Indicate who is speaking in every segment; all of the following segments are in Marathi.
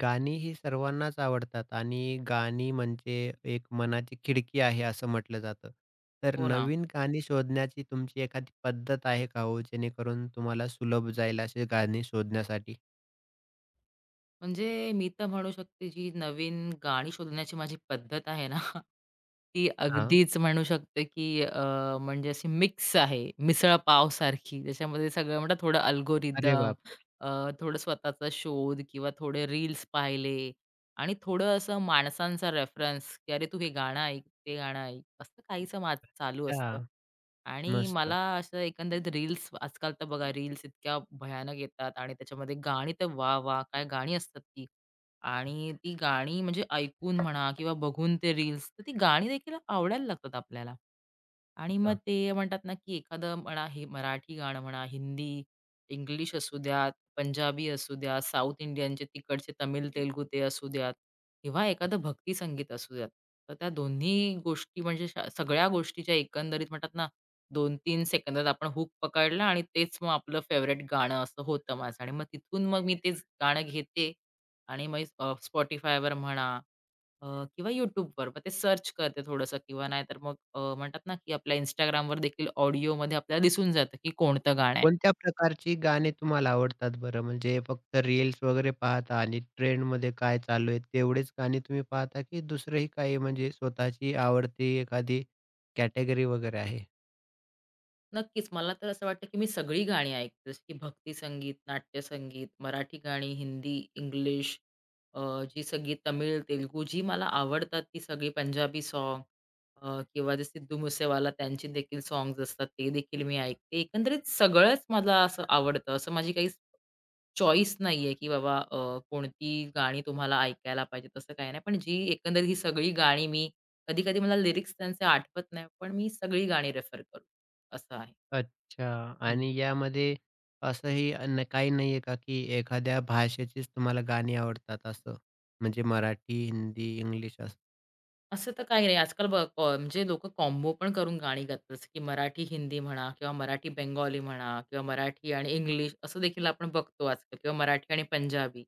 Speaker 1: गाणी ही सर्वांनाच आवडतात आणि गाणी म्हणजे एक मनाची खिडकी आहे असं म्हटलं जातं. तर
Speaker 2: हो ना.
Speaker 1: नवीन गाणी शोधण्याची तुमची एखादी पद्धत आहे का हो? जेणेकरून तुम्हाला सुलभ जाईल अशी गाणी शोधण्यासाठी?
Speaker 2: म्हणजे मी तर म्हणू शकते जी नवीन गाणी शोधण्याची माझी पद्धत आहे ना ती
Speaker 1: हां.
Speaker 2: अगदीच म्हणू शकतो, की म्हणजे अशी मिक्स आहे, मिसळ पावसारखी. त्याच्यामध्ये सगळं म्हणतात थोडं
Speaker 1: अरे
Speaker 2: अल्गोरिदम,
Speaker 1: बापरे!
Speaker 2: अ, थोडं स्वतःचा शोध किंवा थोडे रील्स पाहिले आणि थोडं असं माणसांचा रेफरन्स, की "अरे, तू हे गाणं ऐक, ते गाणं ऐक." असं काहीसं माझं चालू
Speaker 1: अच्छा.
Speaker 2: असतं. आणि
Speaker 1: मस्त. हो
Speaker 2: मला असं एकंदरीत रील्स आजकाल तर बघा रील्स इतक्या भयानक येतात आणि त्याच्यामध्ये गाणी तर वाह, वाह! काय गाणी असतात ती. आणि ती गाणी म्हणजे ऐकून म्हणा किंवा बघून ते रील्स, तर ती गाणी देखील आवडायला लागतात आपल्याला. आणि मग
Speaker 1: ना.
Speaker 2: ते म्हणतात ना, की एखादं म्हणा हे मराठी गाणं म्हणा, हिंदी, इंग्लिश असू द्यात, पंजाबी असू द्या, साऊथ इंडियनचे तिकडचे तमिळ, तेलुगू ते असू द्यात किंवा एखादं भक्ती संगीत असू द्यात. तर त्या दोन्ही गोष्टी म्हणजे सगळ्या गोष्टीच्या एकंदरीत म्हणतात ना, 2-3 सेकंदात आपण हूक पकडला आणि तेच मग आपलं फेव्हरेट गाणं असं होतं माझं आणि मग तिथून मग मी तेच गाणं घेते आणि मग Spotifyवर म्हणा अ, किंवा YouTubeवर मग ते सर्च करते थोडंसं किंवा नाहीतर मग म्हणतात ना, की आपल्या Instagramवर देखील ऑडिओमध्ये आपल्याला दिसून जातं, की कोणतं गाणं आहे.
Speaker 1: कोणत्या प्रकारची गाणी तुम्हाला आवडतात बरं? म्हणजे फक्त रील्स वगैरे पाहता आणि ट्रेंडमध्ये काय चालू आहे तेवढेच गाणी तुम्ही पाहता की दुसरंही काही म्हणजे स्वतःची आवडती एखादी कॅटेगरी वगैरे आहे?
Speaker 2: नक्कीच. मला तर असं वाटतं, की मी सगळी गाणी ऐकते. जसं की भक्ती संगीत, नाट्यसंगीत, मराठी गाणी, हिंदी, इंग्लिश, अ, जी सगळी तमिळ, तेलुगू जी मला आवडतात ती सगळी पंजाबी सॉन्ग किंवा जे सिद्धू मुसेवाला त्यांचे देखील सॉन्ग्स असतात ते देखील मी ऐकते. एकंदरीत सगळंच मला असं आवडतं. असं माझी काही चॉईस नाहीये, की बाबा कोणती गाणी तुम्हाला ऐकायला पाहिजे तसं काही नाही. पण जी एकंदरीत ही सगळी गाणी मी कधी-कधी मला लिरिक्स त्यांचे आठवत नाही, पण मी सगळी गाणी रेफर करू असं आहे.
Speaker 1: अच्छा
Speaker 2: हं.
Speaker 1: आणि यामध्ये असंही अन काही नाहीये का, की एखाद्या भाषेचीच तुम्हाला गाणी आवडतात असं? म्हणजे मराठी, हिंदी, इंग्लिश असं.
Speaker 2: असं तर काही नाही. आजकाल बघ म्हणजे लोकं कॉम्बो पण करून गाणी गातात, जसं की मराठी हिंदी म्हणा किंवा मराठी बेंगॉली म्हणा किंवा मराठी आणि इंग्लिश असं देखील आपण बघतो आजकाल किंवा मराठी आणि पंजाबी.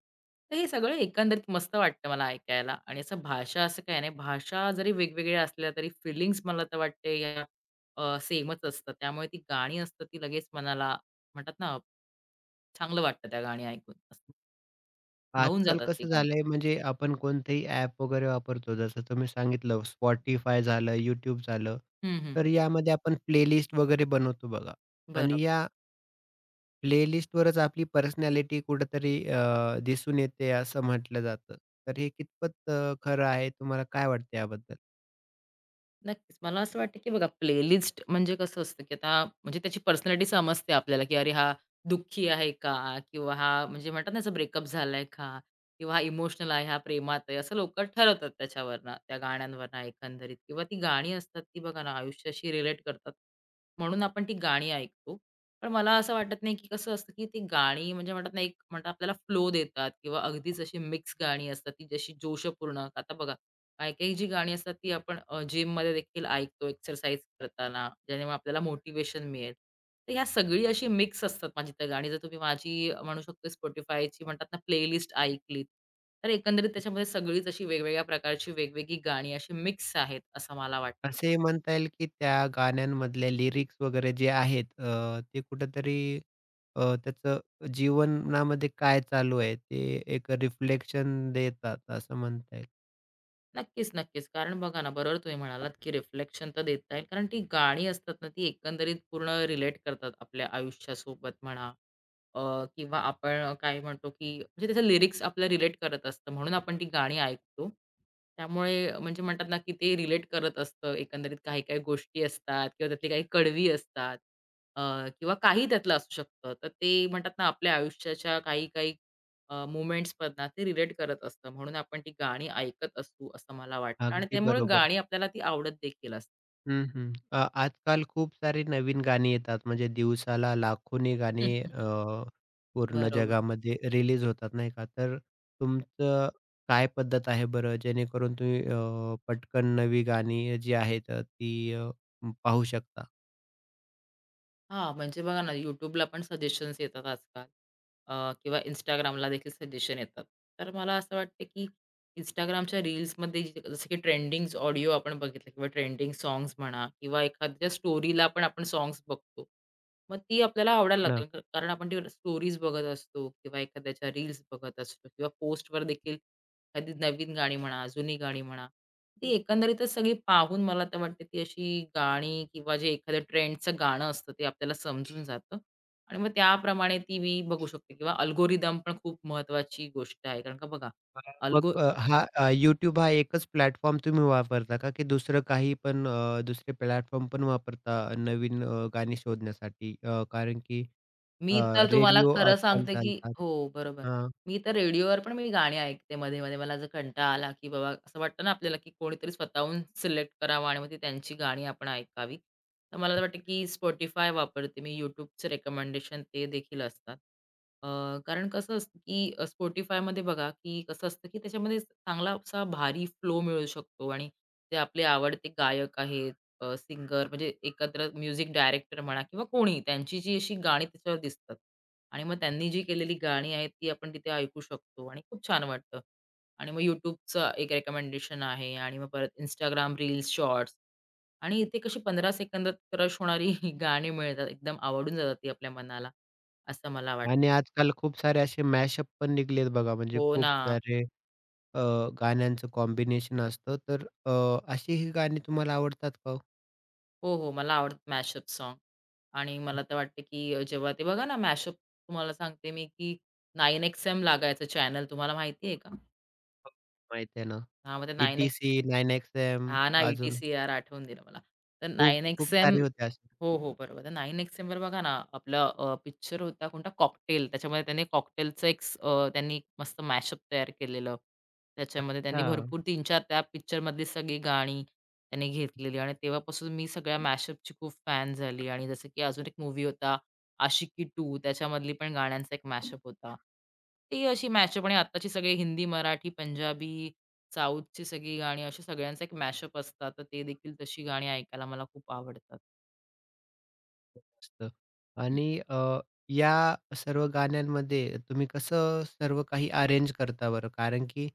Speaker 2: तर हे सगळं एकंदरीत मस्त वाटतं मला ऐकायला आणि असं भाषा असं काही नाही. भाषा जरी वेगवेगळ्या असल्या तरी फीलिंग्स मला तर वाटते या सेमच असतात. त्यामुळे ती गाणी असतात ती लगेच मनाला म्हणतात ना, चांगलं वाटतं त्या गाणी ऐकून. भावून
Speaker 1: आजकाल
Speaker 2: जातात ती
Speaker 1: कसं
Speaker 2: गाणी.
Speaker 1: झालंय म्हणजे आपण कोणतेही ॲप वगैरे वापरतो, जसं तुम्ही सांगितलं Spotify झालं, YouTube झालं.
Speaker 2: हं, हं.
Speaker 1: तर यामध्ये आपण प्लेलिस्ट वगैरे बनवतो बघा आणि
Speaker 2: बरोबर.
Speaker 1: या प्लेलिस्टवरच आपली पर्सनॅलिटी कुठेतरी दिसून येते असं म्हटलं जातं. तर हे कितपत खरं आहे? तुम्हाला काय वाटतं याबद्दल?
Speaker 2: नक्कीच. मला असं वाटतं, की बघा प्लेलिस्ट म्हणजे कसं असतं, की आता म्हणजे त्याची पर्सनॅलिटी समजते आपल्याला, की अरे हा दुःखी आहे का? किंवा हा म्हणजे म्हणतात ना याचा ब्रेकअप झालाय का? किंवा हा इमोशनल आहे, हा प्रेमात आहे. असं लोकं ठरवतात त्याच्यावरनं, त्या गाण्यांवरनं एकंदरीत किंवा ती गाणी असतात, ती बघा ना आयुष्याशी रिलेट करतात. म्हणून आपण ती गाणी ऐकतो. पण मला असं वाटत नाही, की कसं असतं, की ती गाणी म्हणजे म्हणतात ना, एक म्हणतात आपल्याला फ्लो देतात किंवा अगदीच अशी मिक्स गाणी असतात, ती जशी जोशपूर्ण आता बघा काही-काही जी गाणी असतात ती आपण जिममध्ये देखील ऐकतो एक्सरसाइज करताना, ज्यामुळे आपल्याला मोटिव्हेशन मिळेल. तर ह्या सगळी अशी मिक्स असतात माझी त्या गाणी. जर तुम्ही माझी म्हणू शकतो Spotifyची म्हणतात ना प्लेलिस्ट ऐकली, तर एकंदरीत त्याच्यामध्ये सगळीच अशी वेगवेगळ्या प्रकारची वेगवेगळी गाणी अशी मिक्स आहेत, असं मला वाटतं.
Speaker 1: असे म्हणता येईल, की त्या गाण्यांमधले लिरिक्स वगैरे जे आहेत ते कुठेतरी त्याचं जीवनामध्ये काय चालू आहे ते एक रिफ्लेक्शन देतात असं म्हणता येईल.
Speaker 2: नक्कीच, नक्कीच. कारण बघा ना, बरोबर तुम्ही म्हणालात, की रिफ्लेक्शन तर देता येईल. कारण ती गाणी असतात ना, ती एकंदरीत पूर्ण रिलेट करतात आपल्या आयुष्यासोबत म्हणा अ, किंवा आपण काय म्हणतो, की म्हणजे त्याचं लिरिक्स आपल्या रिलेट करत असतं. म्हणून आपण ती गाणी ऐकतो. त्यामुळे म्हणजे म्हणतात ना, की ते रिलेट करत असतं. एकंदरीत काही-काही गोष्टी असतात किंवा त्यातली काही कडवी असतात अ, किंवा काही त्यातलं असू शकतं. तर ते म्हणतात ना, आपल्या आयुष्याच्या काही-काही मुव्हमेंट्समधनं ते रिलेट करत असतं. म्हणून आपण ती गाणी ऐकत असू असं मला वाटतं आणि
Speaker 1: अगदी
Speaker 2: त्यामुळे
Speaker 1: बरोबर.
Speaker 2: गाणी आपल्याला ती आवडत देखील असतात.
Speaker 1: हं, हं. आजकाल खूप सारी नवीन गाणी येतात म्हणजे दिवसाला लाखोनी गाणी पूर्ण
Speaker 2: बरोबर.
Speaker 1: जगामध्ये रिलीज होतात नाही का? तर तुमचं काय पद्धत आहे बरं जेणेकरून तुम्ही पटकन नवी गाणी जी आहेत ती पाहू शकता?
Speaker 2: हां, म्हणजे बघा ना, YouTubeला पण सजेशन्स येतात आजकाल किंवा Instagramला देखील सजेशन येतात. तर मला असं वाटतं, की Instagramच्या रील्समध्ये जसं की ट्रेंडिंग ऑडिओ आपण बघितलं किंवा ट्रेंडिंग सॉन्ग्स म्हणा किंवा एखाद्या स्टोरीला पण आपण सॉन्ग्स बघतो. मग ती आपल्याला आवडायला लागते कारण आपण ती स्टोरीज बघत असतो किंवा एखाद्याच्या रील्स बघत असतो किंवा पोस्टवर देखील एखादी नवीन गाणी म्हणा, जुनी गाणी म्हणा. ती एकंदरीतच सगळी पाहून मला तर वाटते ती अशी गाणी किंवा जे एखाद्या ट्रेंडचं गाणं असतं ते आपल्याला समजून जातं आणि मग त्याप्रमाणे ती मी बघू शकते किंवा अल्गोरिदम पण खूप महत्वाची गोष्ट आहे. कारण का बघा,
Speaker 1: अ, मग अ, हा अ, YouTube हा एकच प्लॅटफॉर्म तुम्ही वापरता का? की दुसरं काही पण दुसरे प्लॅटफॉर्म पण वापरता नवीन गाणी शोधण्यासाठी? कारण की अ,
Speaker 2: मी तर तुम्हाला
Speaker 1: रेडिओ
Speaker 2: खरं
Speaker 1: आजकाल
Speaker 2: सांगते, की
Speaker 1: चालतात.
Speaker 2: हो, बरोबर.
Speaker 1: हां.
Speaker 2: मी तर रेडिओवर पण मी गाणी ऐकते मध्ये-मध्ये. मला जर कंटाळा आला, की बाबा असं वाटतं ना आपल्याला, की कोणीतरी स्वतःहून सिलेक्ट करावं आणि मग ती त्यांची गाणी आपण ऐकावी. तर मला तर वाटतं, की Spotify वापरते मी. YouTubeचे रिकमेंडेशन ते देखील असतात. अ, कारण कसं असतं, की Spotifyमध्ये बघा, की कसं असतं, की त्याच्यामध्ये चांगला असा भारी फ्लो मिळू शकतो आणि ते आपले आवडते गायक आहेत सिंगर म्हणजे एकत्र म्युझिक डायरेक्टर म्हणा किंवा कोणी त्यांची जी अशी गाणी त्याच्यावर दिसतात. आणि मग त्यांनी जी केलेली गाणी आहेत ती आपण तिथे ऐकू शकतो आणि खूप छान वाटतं. आणि मग YouTubeचं एक रिकमेंडेशन आहे आणि मग परत Instagram रील्स, शॉर्ट्स आणि इथे कशी 15 सेकंदात क्रश होणारी गाणी मिळतात. एकदम आवडून जातात ती आपल्या मनाला, असं मला वाटतं.
Speaker 1: आणि आजकाल खूप सारे असे मॅशअप पण निघलेत बघा, म्हणजे
Speaker 2: हो
Speaker 1: खूप
Speaker 2: ना.
Speaker 1: सारे अ, गाण्यांचं कॉम्बिनेशन असतं. तर अशी ही गाणी तुम्हाला आवडतात का हो?
Speaker 2: हो, हो. मला आवडतात मॅशअप साँग आणि मला तर वाटतं, की जेव्हा ते बघा ना मॅशअप तुम्हाला सांगते मी, की 9XM लागायचं चॅनल तुम्हाला माहिती आहे का?
Speaker 1: आहे ना.
Speaker 2: हां, मग ते 9X
Speaker 1: ई-टी-सी, 9XM
Speaker 2: हां ना,
Speaker 1: अजून
Speaker 2: ई-टी-सी-आर आठवून दिलं मला. तर
Speaker 1: खूप खूप
Speaker 2: 9XM
Speaker 1: सारे होते असे.
Speaker 2: हो, हो. बरोबर. तर 9 एक्स बघा ना, आपला पिक्चर होता कोणता कॉकटेल. त्याच्यामध्ये त्याने कॉकटेलचं त्यांनी एक मस्त मॅशअप तयार केलेलं. त्याच्यामध्ये
Speaker 1: अच्छा.
Speaker 2: त्यांनी भरपूर 3-4 त्या पिक्चरमधली सगळी गाणी त्यांनी घेतलेली आणि तेव्हापासून मी सगळ्या मॅशअपची खूप फॅन झाली आणि जसं की अजून एक मूव्ही होता आशिकी 2 त्याच्यामधली पण गाण्यांचा एक मॅशअप होता. ती अशी मॅशअप आणि आत्ताची सगळी हिंदी, मराठी, पंजाबी, साऊथची सगळी गाणी अशी सगळ्यांचा एक मॅशअप असतात. तर ते देखील तशी गाणी ऐकायला मला खूप आवडतात.
Speaker 1: मस्त. आणि या सर्व गाण्यांमध्ये तुम्ही कसं सर्व काही अरेंज करता बरं? कारण की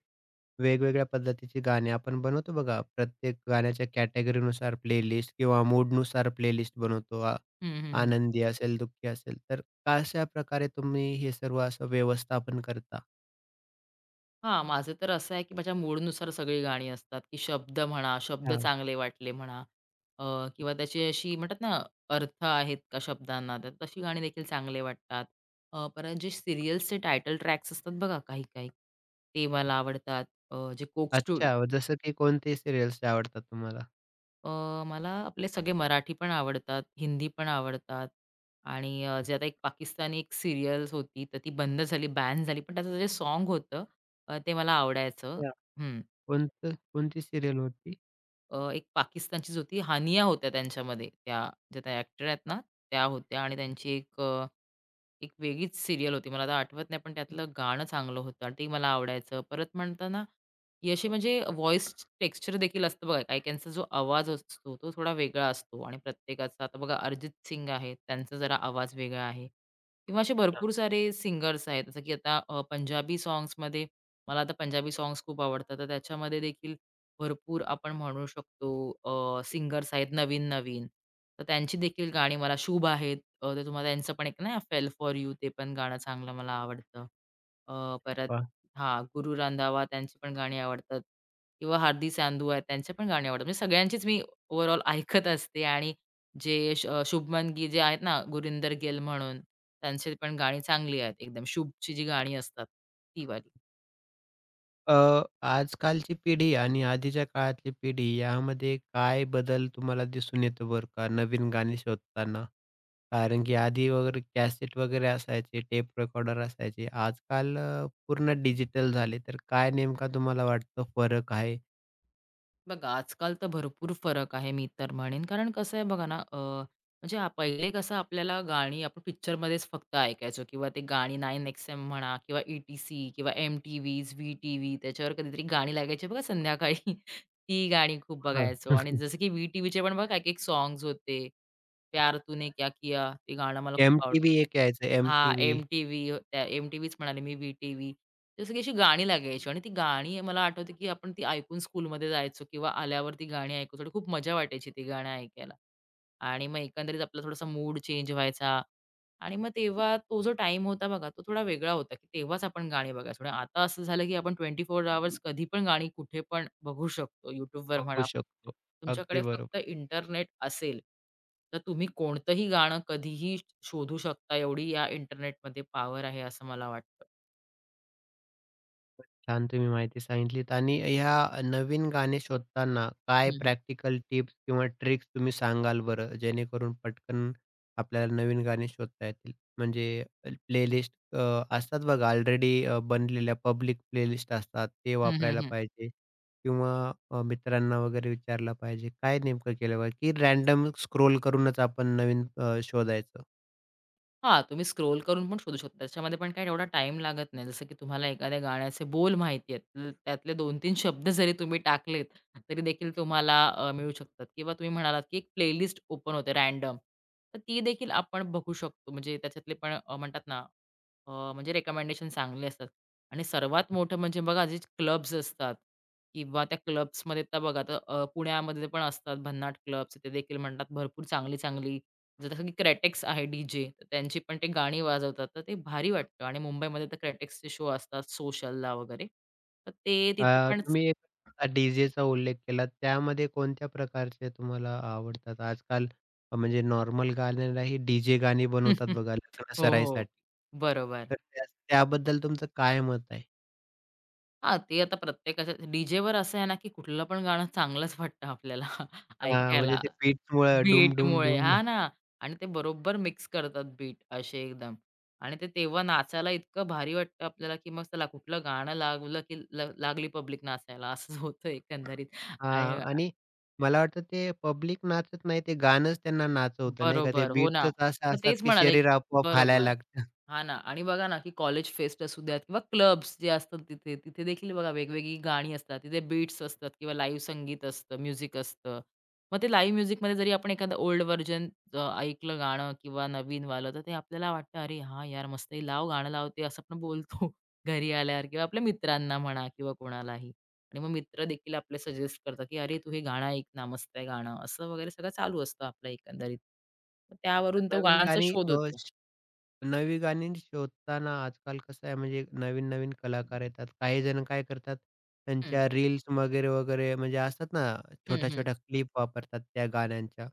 Speaker 1: वेगवेगळ्या पद्धतीची गाणी आपण बनवतो बघा. प्रत्येक गाण्याच्या कॅटेगरीनुसार प्लेलिस्ट किंवा मूडनुसार प्लेलिस्ट बनवतो.
Speaker 2: हं, हं, हं.
Speaker 1: आनंदी असेल, दुःखी असेल, तर कशा प्रकारे तुम्ही हे सर्व असं व्यवस्थापन करता?
Speaker 2: हां, माझं तर असं आहे, की माझ्या मूडनुसार सगळी गाणी असतात, की शब्द म्हणा, शब्द
Speaker 1: हां.
Speaker 2: चांगले वाटले म्हणा अ, किंवा त्याची अशी म्हणतात ना, अर्थ आहेत का शब्दांना, तर तशी गाणी देखील चांगले वाटतात. परत जे सीरियल्सचे टायटल ट्रॅक्स असतात बघा काही-काही, ते मला आवडतात. अ, जे कोक स्टू
Speaker 1: अच्छा, जसं की कोणते सीरियल्स आवडतात तुम्हाला?
Speaker 2: मला आपले सगळे मराठी पण आवडतात, हिंदी पण आवडतात आणि जे आता एक पाकिस्तानी एक सीरियल्स होती, तर ती बंद झाली, बॅन झाली, पण त्याचं जे साँग होतं ते मला आवडायचं.
Speaker 1: हां.
Speaker 2: हं.
Speaker 1: कोणतं कोणती सीरियल होती?
Speaker 2: एक पाकिस्तानचीच होती, हानिया होत्या त्यांच्यामध्ये. त्या ज्या त्या ॲक्टर आहेत ना, त्या होत्या आणि त्यांची एक वेगळीच सीरियल होती. मला आता आठवत नाही, पण त्यातलं गाणं चांगलं होतं आणि ते मला आवडायचं. परत म्हणताना ही अशी म्हणजे व्हॉईस टेक्स्चर देखील असतं बघा. काही-काहींचा जो आवाज असतो, तो थोडा वेगळा असतो आणि प्रत्येकाचा आता बघा अरिजित सिंग आहे, त्यांचा जरा आवाज वेगळा आहे किंवा असे भरपूर सारे सिंगर्स आहेत. जसं की आता पंजाबी सॉन्ग्समध्ये मला आता पंजाबी सॉन्ग्स खूप आवडतात. तर त्याच्यामध्ये देखील भरपूर आपण म्हणू शकतो सिंगर्स आहेत नवीन-नवीन. तर त्यांची देखील गाणी मला शुभ आहेत. तर तुम्हाला त्यांचं पण एक नाही फेल फॉर यू ते पण गाणं चांगलं मला आवडतं. अ, परत
Speaker 1: हां.
Speaker 2: हां, गुरु रंधावा त्यांची पण गाणी आवडतात किंवा हार्दी सांधू आहेत त्यांचे पण गाणी आवडतात. म्हणजे सगळ्यांचीच मी ओव्हरऑल ऐकत असते आणि शुभमन गी जे आहेत ना गुरिंदर गिल म्हणून त्यांची पण गाणी चांगली आहेत एकदम शुभची जी गाणी असतात ती वाली.
Speaker 1: अ, आजकालची पिढी आणि आधीच्या काळातली पिढी यामध्ये काय बदल तुम्हाला दिसून येतो बरं का, नवीन गाणी शोधताना? कारण की आधी वगैरे कॅसेट वगैरे असायचे, टेप रेकॉर्डर असायचे. आजकाल पूर्ण डिजिटल झाले. तर काय नेमका तुम्हाला वाटतं फरक आहे?
Speaker 2: बघा, आजकाल तर भरपूर फरक आहे मी तर म्हणेन. कारण कसं आहे बघा ना, म्हणजे पहिले कसं आपल्याला गाणी आपण पिक्चरमध्येच फक्त ऐकायचो किंवा ते गाणी 9XM म्हणा किंवा ई-टी-सी किंवा एम-टी-व्हीज, व्ही-टी-व्ही त्याच्यावर कधीतरी गाणी लागायची बघा संध्याकाळी. ती गाणी खूप
Speaker 1: हो ना.
Speaker 2: बघायचो आणि जसं की व्ही-टीव्हीचे पण बघा, एक-एक सॉन्ग्स होते. प्यार तूने क्या किया ते गाणं मला खूप
Speaker 1: एम-टी-व्ही एक यायचं
Speaker 2: हां,
Speaker 1: एम-टी-व्ही
Speaker 2: एम-टी-व्हीच म्हणाले मी, व्ही-टी-व्ही. जसं अशी गाणी लागायची आणि ती गाणी मला आठवते, की आपण ती ऐकून स्कूलमध्ये जायचो किंवा आल्यावर ती गाणी ऐकायचो आणि खूप मजा वाटायची ती गाणी ऐकायला. आणि मग एकंदरीत आपला थोडासा मूड चेंज व्हायचा आणि मग तेव्हा तो जो टाईम होता बघा, तो थोडा वेगळा होता, की तेव्हाच आपण गाणी बघायचो. आणि आता असं झालं, की आपण 24 आवर्स कधी पण गाणी कुठे पण बघू शकतो. YouTubeवर
Speaker 1: बघू
Speaker 2: म्हणा,
Speaker 1: शकतो.
Speaker 2: तुमच्याकडे
Speaker 1: अगदी
Speaker 2: फक्त
Speaker 1: बरोबर.
Speaker 2: इंटरनेट असेल, तर तुम्ही कोणतंही गाणं कधीही शोधू शकता. एवढी या इंटरनेटमध्ये पॉवर आहे असं मला वाटतं.
Speaker 1: छान तुम्ही माहिती सांगितलीत आणि ह्या नवीन गाणे शोधताना काय
Speaker 2: हं, हं.
Speaker 1: प्रॅक्टिकल टिप्स किंवा ट्रिक्स तुम्ही सांगाल बरं? जेणेकरून पटकन आपल्याला नवीन गाणे शोधता येतील. म्हणजे प्लेलिस्ट असतात बघा ऑलरेडी बनलेल्या पब्लिक प्लेलिस्ट असतात ते
Speaker 2: हं,
Speaker 1: वापरायला
Speaker 2: हं,
Speaker 1: पाहिजे किंवा मित्रांना वगैरे विचारलं पाहिजे. काय नेमकं केलं पाहिजे की रॅन्डम स्क्रोल करूनच आपण नवीन शोधायचं?
Speaker 2: हां, तुम्ही स्क्रोल करून पण शोधू शकता. त्याच्यामध्ये पण काही एवढा टाईम लागत नाही. जसं की तुम्हाला एखाद्या गाण्याचे बोल माहिती आहेत, त्यातले 2-3 शब्द जरी तुम्ही टाकलेत, तरी देखील तुम्हाला मिळू शकतात किंवा तुम्ही म्हणालात, की एक प्लेलिस्ट ओपन होते रँडम. तर ती देखील आपण बघू शकतो. म्हणजे त्याच्यातले पण म्हणतात ना, म्हणजे रिकमेंडेशन चांगले असतात. आणि सर्वात मोठं म्हणजे बघा, जे क्लब्स असतात किंवा त्या क्लब्समध्ये तर बघा, तर पुण्यामध्ये पण असतात भन्नाट क्लब्स. ते देखील म्हणतात भरपूर चांगली-चांगली जसं की क्रेटेक्स आहे डी-जे, तर त्यांची पण ते गाणी वाजवतात, तर ते भारी वाटतं आणि मुंबईमध्ये तर क्रेटेक्सचे शो असतात सोशलला वगैरे. तर ते तिथे पण
Speaker 1: तुम्ही एक डी-जेचा उल्लेख केला, त्यामध्ये कोणत्या प्रकारचे तुम्हाला आवडतात? आजकाल म्हणजे नॉर्मल गाण्यांनाही डी-जे गाणी बनवतात बघा
Speaker 2: हो,
Speaker 1: लग्न
Speaker 2: हो.
Speaker 1: सराईसाठी.
Speaker 2: बरोबर.
Speaker 1: तर त्या त्याबद्दल तुमचं काय मत आहे?
Speaker 2: हां, ते आता प्रत्येकाच्या डी-जेवर असं आहे ना, की कुठलं पण गाणं चांगलंच वाटतं आपल्याला
Speaker 1: हां, म्हणजे
Speaker 2: ऐकायला
Speaker 1: ते बीट्समुळं डूम, डूम,
Speaker 2: बीटमुळे.
Speaker 1: डूम
Speaker 2: हां ना. आणि ते बरोबर मिक्स करतात बीट असे एकदम आणि ते तेव्हा नाचायला इतकं भारी वाटतं आपल्याला, की मग चला कुठलं गाणं लागलं, की लागली पब्लिक नाचायला असंच होतं एकंदरीत
Speaker 1: हां
Speaker 2: आणि
Speaker 1: आणि मला वाटतं ते पब्लिक नाचत नाही, ते गाणंच त्यांना नाचवतं नाही का? ते
Speaker 2: बरोबर. हो ना.
Speaker 1: बीट्सच अशा
Speaker 2: मग
Speaker 1: असतात,
Speaker 2: तेच
Speaker 1: की
Speaker 2: म्हणाले
Speaker 1: शरीर आपोआप हालायला
Speaker 2: बरोबर.
Speaker 1: लागतं.
Speaker 2: हा ना आणि बघा ना, की कॉलेज फेस्ट असू द्यात किंवा क्लब्स जे असतात तिथे, तिथे देखील बघा वेगवेगळी गाणी असतात. तिथे बीट्स असतात किंवा लाईव्ह संगीत असतं, म्युझिक असतं. मग ते लाईव्ह म्युझिकमध्ये जरी आपण एखादं ओल्ड व्हर्जन ऐकलं गाणं किंवा नवीनवालं, तर ते आपल्याला वाटतं, "अरे हां, यार मस्त आहे, लाव गाणं लाव." असं आपण बोलतो घरी आल्यावर किंवा आपल्या मित्रांना म्हणा किंवा कोणालाही. आणि मग मित्र देखील आपले सजेस्ट करतात, की "अरे, तू हे गाणं ऐक ना, मस्त आहे गाणं." असं वगैरे सगळं चालू असतं आपलं एकंदरीत. मग त्यावरून तो
Speaker 1: नवीन
Speaker 2: गाण्यांचा
Speaker 1: गाणी
Speaker 2: शोध
Speaker 1: अ
Speaker 2: होतो.
Speaker 1: नवी गाणी शोधताना आजकाल कसं आहे म्हणजे नवीन-नवीन कलाकार येतात. काही जण काय करतात,
Speaker 2: हं,
Speaker 1: त्यांच्या रील्स वगैरे, वगैरे म्हणजे असतात ना,
Speaker 2: हं, हं.
Speaker 1: छोट्या-छोट्या क्लिप वापरतात त्या गाण्यांच्या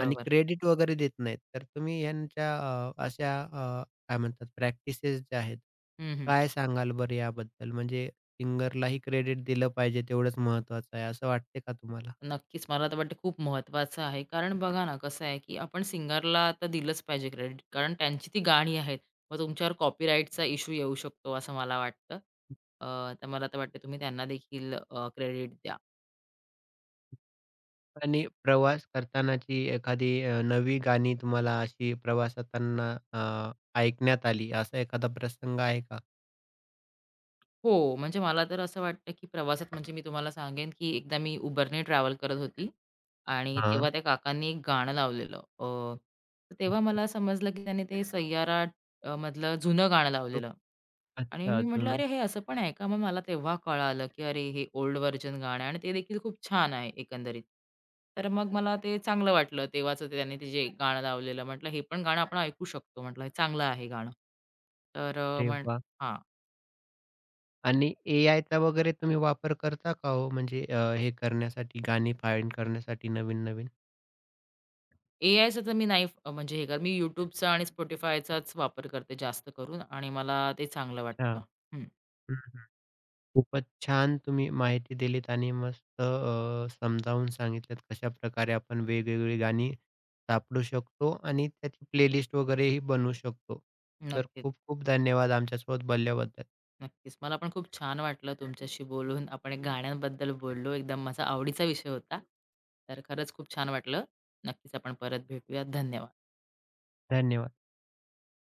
Speaker 1: आणि क्रेडिट वगैरे देत नाहीत. तर तुम्ही ह्यांच्या काय म्हणतात प्रॅक्टिसेस ज्या आहेत,
Speaker 2: हं, हं.
Speaker 1: काय सांगाल बरं याबद्दल? म्हणजे सिंगरलाही क्रेडिट दिलं पाहिजे तेवढंच महत्त्वाचं आहे, असं वाटते का तुम्हाला?
Speaker 2: नक्कीच, मला तर वाटतं खूप महत्त्वाचं आहे. कारण बघा ना, कसं आहे, की आपण सिंगरला तर दिलंच पाहिजे क्रेडिट. कारण त्यांची ती गाणी आहेत. मग तुमच्यावर कॉपीराईटचा इश्यू येऊ शकतो, असं मला वाटतं. अ, तर मला तर वाटतं तुम्ही त्यांना देखील क्रेडिट द्या.
Speaker 1: आणि प्रवास करतानाची एखादी नवी गाणी तुम्हाला अशी प्रवासाताना ऐकण्यात आली, असा एखादा प्रसंग आहे का?
Speaker 2: हो, म्हणजे मला तर असं वाटतं, की प्रवासात म्हणजे मी तुम्हाला सांगेन, की एकदा मी Uberने ट्रॅव्हल करत होती आणि
Speaker 1: हां.
Speaker 2: तेव्हा त्या काकांनी एक गाणं लावलेलं. तर तेव्हा मला समजलं, की त्यांनी ते सय्यारा मधलं जुनं गाणं लावलेलं आणि
Speaker 1: अच्छा
Speaker 2: मी म्हटलं,
Speaker 1: अजून.
Speaker 2: "अरे, हे असं पण आहे का?" मग मला तेव्हा कळालं, की अरे, हे ओल्ड व्हर्जन गाणं आहे आणि ते देखील खूप छान आहे एकंदरीत. तर मग मला ते चांगलं वाटलं. तेव्हाचं त्यांनी ते जे गाणं लावलेलं म्हटलं, "हे पण गाणं आपण ऐकू शकतो." म्हटलं, "हे चांगलं आहे गाणं." तर अ,
Speaker 1: अरे
Speaker 2: म्हण
Speaker 1: वाह!
Speaker 2: हां.
Speaker 1: आणि एआयचा वगैरे तुम्ही वापर करता का हो? म्हणजे हे करण्यासाठी गाणी फाइंड करण्यासाठी नवीन-नवीन?
Speaker 2: ए-आयचं तर मी नाही म्हणजे हे कर मी YouTubeचा आणि Spotifyचाच वापर करते जास्त करून आणि मला ते चांगलं
Speaker 1: अच्छा.
Speaker 2: वाटतं. हं.
Speaker 1: हं. खूपच छान तुम्ही माहिती दिलीत आणि मस्त समजावून सांगितलं कशाप्रकारे आपण वेगवेगळी गाणी सापडू शकतो आणि त्याची प्लेलिस्ट वगैरेही बनवू शकतो. तर
Speaker 2: नक्कीच,
Speaker 1: खूप खूप धन्यवाद आमच्यासोबत बोलल्याबद्दल.
Speaker 2: नक्कीच. मला पण खूप छान वाटलं तुमच्याशी बोलून. आपण एक गाण्यांबद्दल बोललो. एकदम माझा आवडीचा विषय होता. तर खरंच खूप छान वाटलं. नक्कीच आपण परत भेटूया. धन्यवाद.
Speaker 1: धन्यवाद.